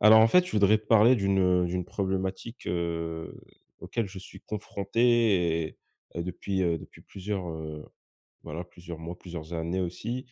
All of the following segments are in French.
Alors en fait, je voudrais te parler d'une problématique, auquel je suis confronté et depuis, depuis voilà, plusieurs mois, plusieurs années aussi.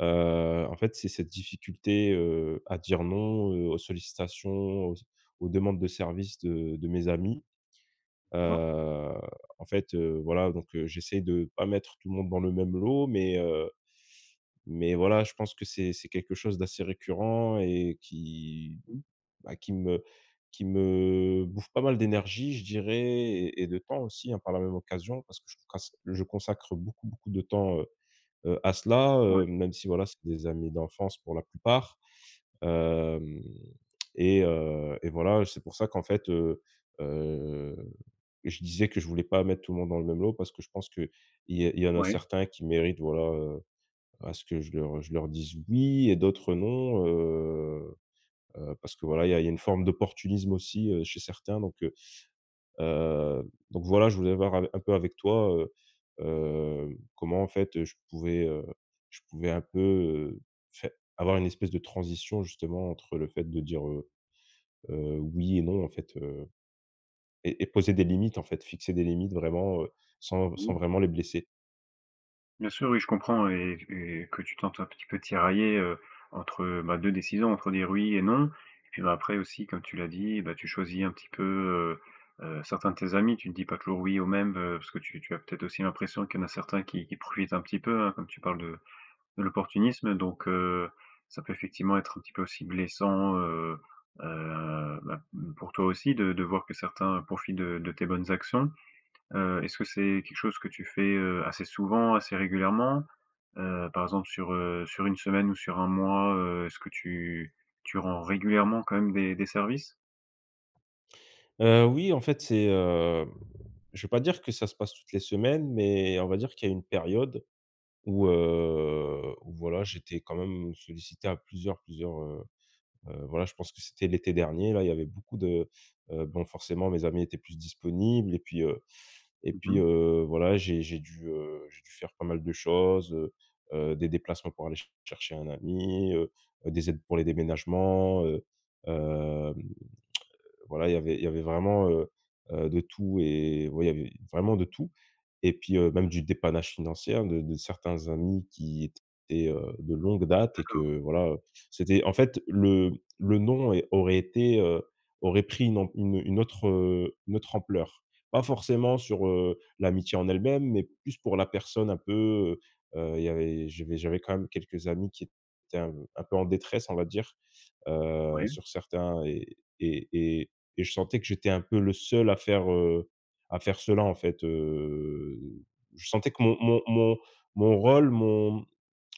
En fait, c'est cette difficulté, à dire non, aux sollicitations, aux aux demandes de service de mes amis. Heu, D'accord. Voilà, donc j'essaie de pas mettre tout le monde dans le même lot, mais voilà, je pense que c'est quelque chose d'assez récurrent et qui Mmh. bah, qui me qui me bouffe pas mal d'énergie, je dirais, et de temps aussi, hein, par la même occasion, parce que je consacre beaucoup, beaucoup de temps, à cela, Ouais. Même si voilà, c'est des amis d'enfance pour la plupart. Hem Et voilà, c'est pour ça qu'en fait, heu, je disais que je voulais pas mettre tout le monde dans le même lot parce que je pense qu'il y a il y en a Ouais. certains qui méritent, voilà, à ce que je leur dise «oui» et d'autres «non». Parce que voilà, il y a une forme d'opportunisme aussi, chez certains, donc voilà, je voulais voir av un peu avec toi, comment en fait, je pouvais un peu, fai avoir une espèce de transition justement entre le fait de dire, oui et non en fait, et poser des limites, en fait fixer des limites vraiment, sans Oui. sans vraiment les blesser. Bien sûr, oui, je comprends et que tu tentes un petit peu tirailler, entre, 2 décisions, entre dire «oui» et «non» et puis, après aussi, comme tu l'as dit, tu choisis un petit peu, certains de tes amis. Tu ne dis pas toujours «oui» aux mêmes, parce que tu as peut-être aussi l'impression qu'il y en a certains qui profitent un petit peu, hein, comme tu parles de l'opportunisme donc ça peut effectivement être un petit peu aussi blessant, bah, mmh, pour toi aussi de voir que certains profitent de tes bonnes actions. Est-ce que c'est quelque chose que tu fais, assez souvent, assez régulièrement? Par exemple sur, sur une semaine ou sur un mois, est-ce que tu rends régulièrement quand même des services? Oui, en fait je vais pas dire que ça se passe toutes les semaines, mais on va dire qu'il y a une période où, où voilà, j'étais quand même sollicité à voilà, je pense que c'était l'été dernier, là, il y avait beaucoup de, bon, forcément, mes amis étaient plus disponibles et puis, Mmh. Voilà, j'ai dû faire pas mal de choses, des déplacements pour aller ch chercher un ami, des aides pour les déménagements. Hem Voilà, il y avait vraiment, de tout. Et ouais, il y avait vraiment de tout, et puis, même du dépannage financier, hein, de certains amis qui étaient, de longue date, et D'accord, que voilà, c'était en fait le nom est aurait été, aurait pris une am une autre, une autre ampleur. Pas forcément sur, l'amitié en elle-même, mais plus pour la personne un peu, heu, il y avait j'avais quand même quelques amis qui étaient un peu en détresse, on va dire, oui, sur certains, et et je sentais que j'étais un peu le seul à faire cela en fait. Je sentais que mon rôle mon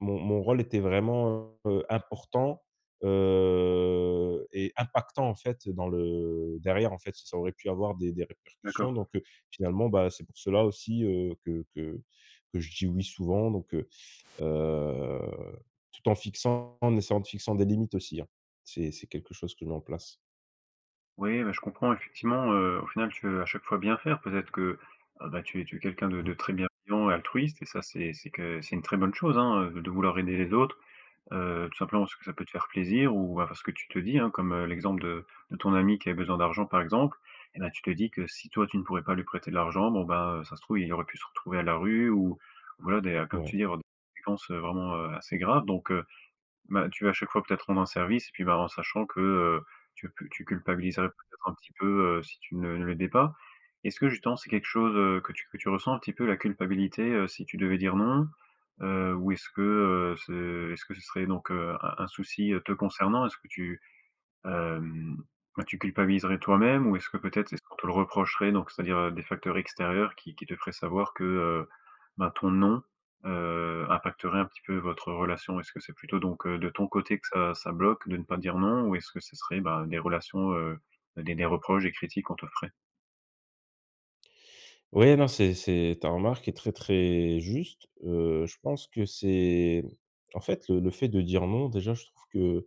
mon rôle était vraiment, important, et impactant en fait. Dans le Derrière en fait, ça aurait pu avoir des d'accord. répercussions, donc finalement, bah, c'est pour cela aussi, que je dis oui souvent, donc heu, tout en essayant de fixer des limites aussi, hein. C'est quelque chose que je mets en place. Oui, bah, je comprends effectivement, au final tu veux à chaque fois bien faire. Peut-être que, bah, tu es quelqu'un de Mmh, très bienveillant et altruiste et ça c'est que c'est une très bonne chose, hein, de vouloir aider les autres. Tout simplement parce que ça peut te faire plaisir ou bah, parce que tu te dis, hein, comme, l'exemple de ton ami qui avait besoin d'argent par exemple, et ben tu te dis que si toi tu ne pourrais pas lui prêter de l'argent, bon ben, ça se trouve il aurait pu se retrouver à la rue ou voilà des comme tu ouais. dis avoir des conséquences, vraiment, assez graves donc, bah, tu vas à chaque fois peut-être rendre un service et puis, bah, en sachant que, tu culpabiliserais peut-être un petit peu, si tu ne l'aidais pas. Est-ce que justement c'est quelque chose, que tu ressens un petit peu la culpabilité, si tu devais dire non? Ou est-ce que, ce est-ce que ce serait donc, un souci, te concernant? Est-ce que tu Hem, bah, tu culpabiliserais toi-même ou est-ce que peut-être, est-ce qu'on te le reprocherait donc c'est-à-dire, des facteurs extérieurs qui te feraient savoir que, ben, ton non, impacterait un petit peu votre relation? Est-ce que c'est plutôt donc, de ton côté que ça bloque de ne pas dire non ou est-ce que ce serait, ben, des relations, des reproches, des critiques qu'on te ferait? Ouais, non, c'est, ta remarque est très, très juste. Je pense que c'est, en fait, le fait de dire non, déjà, je trouve que,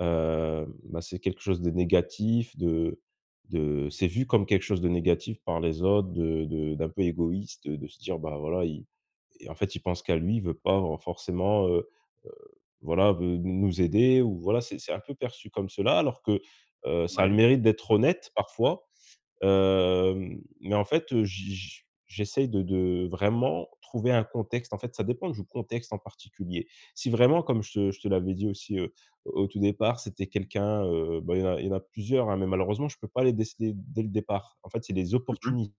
bah, c'est quelque chose de négatif, de c'est vu comme quelque chose de négatif par les autres, de d'un peu égoïste, de se dire: «Bah, voilà, il, il pense qu'à lui, il veut pas forcément, heu», voilà, veut nous aider. Ou voilà, c'est un peu perçu comme cela, alors que, ça a le Ouais. mérite d'être honnête parfois. Mais en fait, j'essaye de vraiment trouver un contexte. En fait, ça dépend du contexte en particulier. Si vraiment, comme je te l'avais dit aussi, au tout départ, c'était quelqu'un, bah, il y en a plusieurs, hein, mais malheureusement, je peux pas les déceler dès le départ. En fait, c'est les Mmh mh. opportunistes.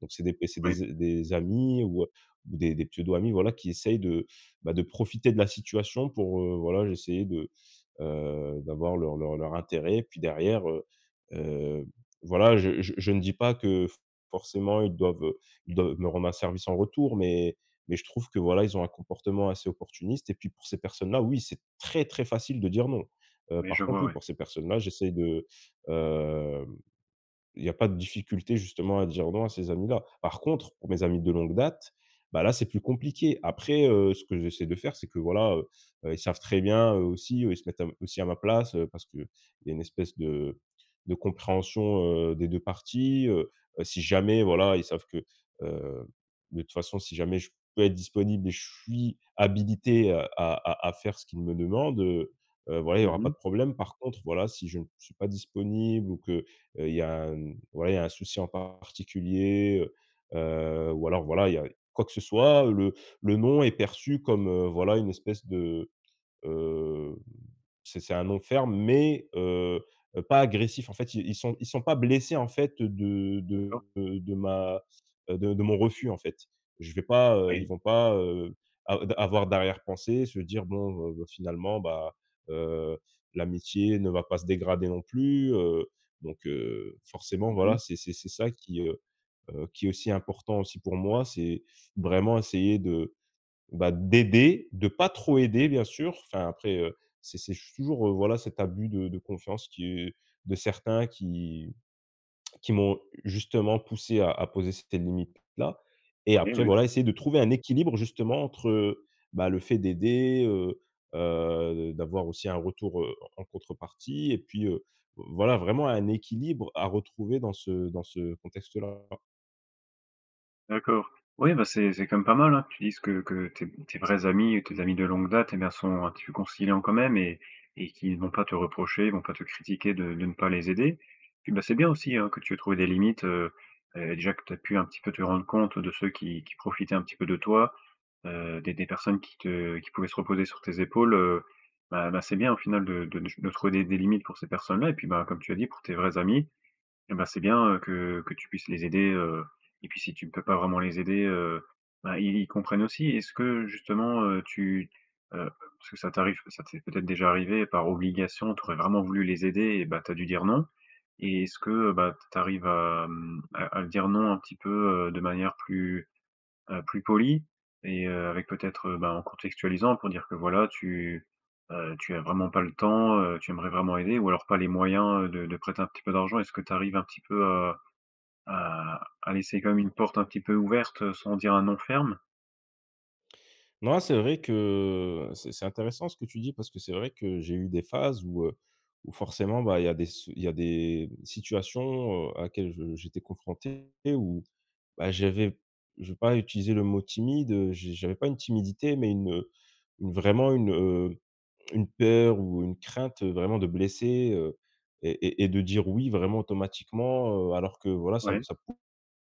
Donc c'est des c'est Oui. des des amis, ou des pseudo-amis, voilà, qui essayent de, bah, de profiter de la situation pour, voilà, essayer de, d'avoir leur intérêt. Puis derrière, heu, voilà, je ne dis pas que forcément ils doivent me rendre un service en retour, mais je trouve que voilà, ils ont un comportement assez opportuniste, et puis pour ces personnes-là, oui, c'est très, très facile de dire non. Oui, je Par contre, vois, oui, ouais. pour ces personnes-là, j'essaie de, heu, il n'y a pas de difficulté justement à dire non à ces amis-là. Par contre, pour mes amis de longue date, bah, là, c'est plus compliqué. Après, ce que j'essaie de faire, c'est que voilà, ils savent très bien, eux aussi, ils se mettent à aussi à ma place, parce qu'il y a une espèce de compréhension, des 2 parties, si jamais voilà, ils savent que, heu, de toute façon, si jamais je peux être disponible et je suis habilité à faire ce qu'ils me demandent, voilà, il n'y aura pas Mmh. de problème. Par contre, voilà, si je ne suis pas disponible, ou que, il y a, voilà, il y a un souci en particulier, heu ou alors voilà, il y a quoi que ce soit, le nom est perçu comme, voilà, une espèce de, euh, c'est un non ferme, mais pas agressif. En fait, ils sont pas blessés, en fait, D'accord. De ma de mon refus, en fait. Je vais pas, Oui. ils vont pas, av avoir d'arrière-pensée, se dire: «Bon, finalement, bah, heu, l'amitié ne va pas se dégrader non plus», donc forcément, Mmh. voilà, c'est ça qui est aussi important aussi pour moi, c'est vraiment essayer de, bah, d'aider, de pas trop aider bien sûr. Enfin après, c'est toujours, voilà cet abus de confiance qui de certains qui m'ont justement poussé à poser cette limite-là, et Oui, après oui. voilà, essayer de trouver un équilibre justement entre, bah, le fait d'aider, d'avoir aussi un retour, en contrepartie, et puis, voilà vraiment un équilibre à retrouver dans ce contexte-là. D'accord. Oui, bah, c'est quand même pas mal, hein, que tu dises que tes tes vrais amis, tes amis de longue date, eh bien, sont un petit peu conciliants quand même et qu'ils vont pas te reprocher, ils vont pas te critiquer de ne pas les aider. Puis, bah, c'est bien aussi, hein, que tu aies trouvé des limites, déjà que tu as pu un petit peu te rendre compte de ceux qui profitaient un petit peu de toi, des personnes qui te qui pouvaient se reposer sur tes épaules, bah, c'est bien au final de trouver des limites pour ces personnes-là et puis, bah, comme tu as dit, pour tes vrais amis, eh ben, c'est bien, que tu puisses les aider, et puis si tu ne peux pas vraiment les aider, bah, ils comprennent aussi. Est-ce que justement, tu heu, parce que ça t'arrive ça t'est peut-être déjà arrivé par obligation, tu aurais vraiment voulu les aider et bah, tu as dû dire «non» et est-ce que, bah, tu arrives à, mmh, à dire «non» un petit peu, de manière plus plus poli et avec peut-être, ben, en contextualisant pour dire que voilà, tu, tu as vraiment pas le temps, tu aimerais vraiment aider ou alors pas les moyens, de prêter un petit peu d'argent. Est-ce que tu arrives un petit peu à laisser quand même une porte un petit peu ouverte, sans dire un non ferme? Non, c'est vrai que c'est intéressant ce que tu dis, parce que c'est vrai que j'ai eu des phases où, où forcément, bah, il y a des situations, à laquelle je j'étais confronté où, bah, j'avais, je vais pas utiliser le mot timide, j'avais pas une timidité, mais une vraiment une peur ou une crainte, vraiment de blesser, et de dire oui vraiment automatiquement, alors que voilà, ça Ouais. ça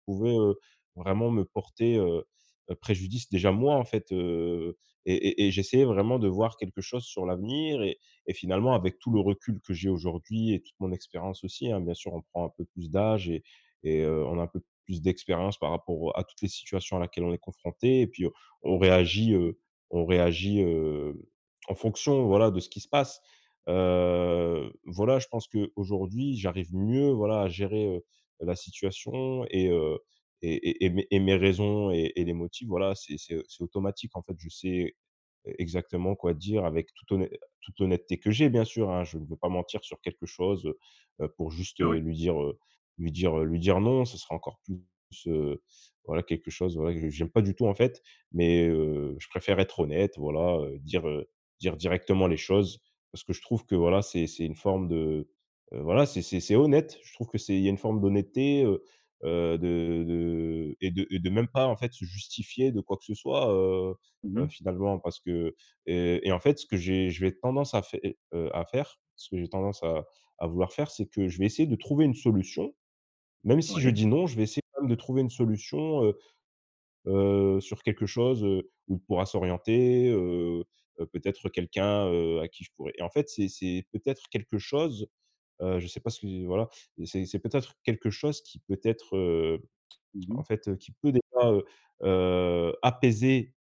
pouvait, vraiment me porter, préjudice déjà moi en fait, et j'essayais vraiment de voir quelque chose sur l'avenir, et finalement avec tout Mmh, le recul que j'ai aujourd'hui et toute mon expérience aussi, hein, bien sûr on prend un peu plus d'âge, on a un peu plus d'expérience par rapport à toutes les situations à laquelle on est confronté, et puis on on réagit, heu, on réagit, en fonction voilà de ce qui se passe. Voilà, je pense que aujourd'hui j'arrive mieux voilà à gérer la situation, et mes raisons et les motifs, voilà, c'est automatique, en fait. Je sais exactement quoi dire avec toute l'honnêteté que j'ai, bien sûr, hein. Je ne veux pas mentir sur quelque chose, pour bien juste, sûr, oui. Lui dire non, ce sera encore plus, heu, voilà, quelque chose, voilà, que j'aime pas du tout, en fait, mais je préfère être honnête, voilà, dire, dire directement les choses, parce que je trouve que, voilà, c'est une forme de, voilà, c'est honnête. Je trouve que c'est il y a une forme d'honnêteté, de et de et de même pas, en fait, se justifier de quoi que ce soit, Mmh. finalement. Parce que, en fait, ce que j'ai je vais tendance à faire, ce que j'ai tendance à vouloir faire, c'est que je vais essayer de trouver une solution. Même si je Oui. dis non, je vais essayer quand même de trouver une solution, sur quelque chose, où il pourra s'orienter, peut-être quelqu'un, à qui je pourrais, et en fait, c'est peut-être quelque chose, je sais pas ce que voilà, c'est peut-être quelque chose qui peut être, en Mmh. fait, qui peut déjà, apaiser,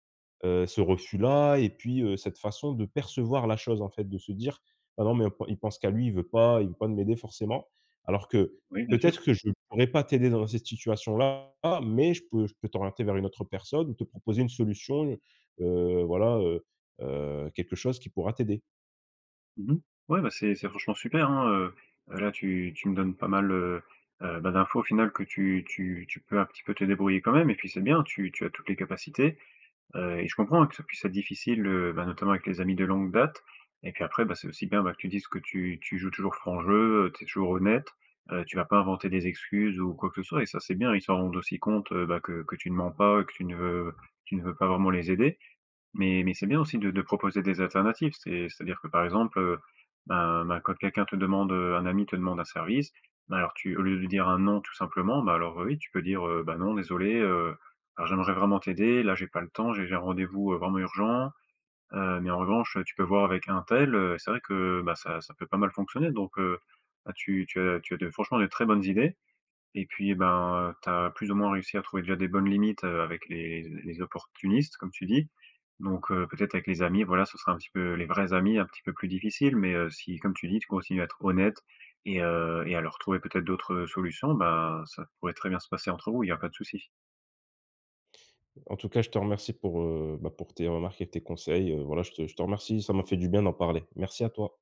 ce refus-là, et puis, cette façon de percevoir la chose, en fait, de se dire: «Ah non, mais il pense qu'à lui, il veut pas de m'aider forcément». Alors que Oui, bien sûr. peut-être que je ne pourrais pas t'aider dans cette situation-là, mais je peux t'orienter vers une autre personne, ou te proposer une solution, heu, voilà, heu quelque chose qui pourra t'aider. Mmh. Ouais, bah, c'est franchement super, hein, là, tu me donnes pas mal, bah, d'infos au final que tu peux un petit peu te débrouiller quand même et puis c'est bien, tu as toutes les capacités. Et je comprends, hein, que ça puisse être difficile, bah, notamment avec les amis de longue date et puis après, bah, c'est aussi bien, bah, que tu dises que tu joues toujours franc jeu, tu es toujours honnête, tu vas pas inventer des excuses ou quoi que ce soit et ça, c'est bien. Ils s'en rendent aussi compte, bah, que tu ne mens pas, que tu ne veux pas vraiment les aider mais c'est bien aussi de proposer des alternatives. C'est c'est-à-dire que, par exemple, ben, quand quelqu'un te demande, un ami te demande un service, ben, alors tu au lieu de dire un non tout simplement, bah, alors, oui, tu peux dire, «Bah, non désolé, alors j'aimerais vraiment t'aider, là j'ai pas le temps, j'ai un rendez-vous, vraiment urgent, mais en revanche, tu peux voir avec untel», c'est vrai que, bah, ça peut pas mal fonctionner donc, bah, tu as de franchement de très bonnes idées. Et puis, eh ben, tu as plus ou moins réussi à trouver déjà des bonnes limites, avec les opportunistes, comme tu dis. Donc, peut-être avec les amis, voilà, ce sera un petit peu les vrais amis, un petit peu plus difficile, mais, si comme tu dis, tu continues à être honnête et à leur trouver peut-être d'autres, solutions, bah, ça pourrait très bien se passer entre vous, il n'y a pas de souci. En tout cas, je te remercie pour, bah, pour tes remarques et tes conseils, voilà, je te remercie, ça m'a fait du bien d'en parler. Merci à toi.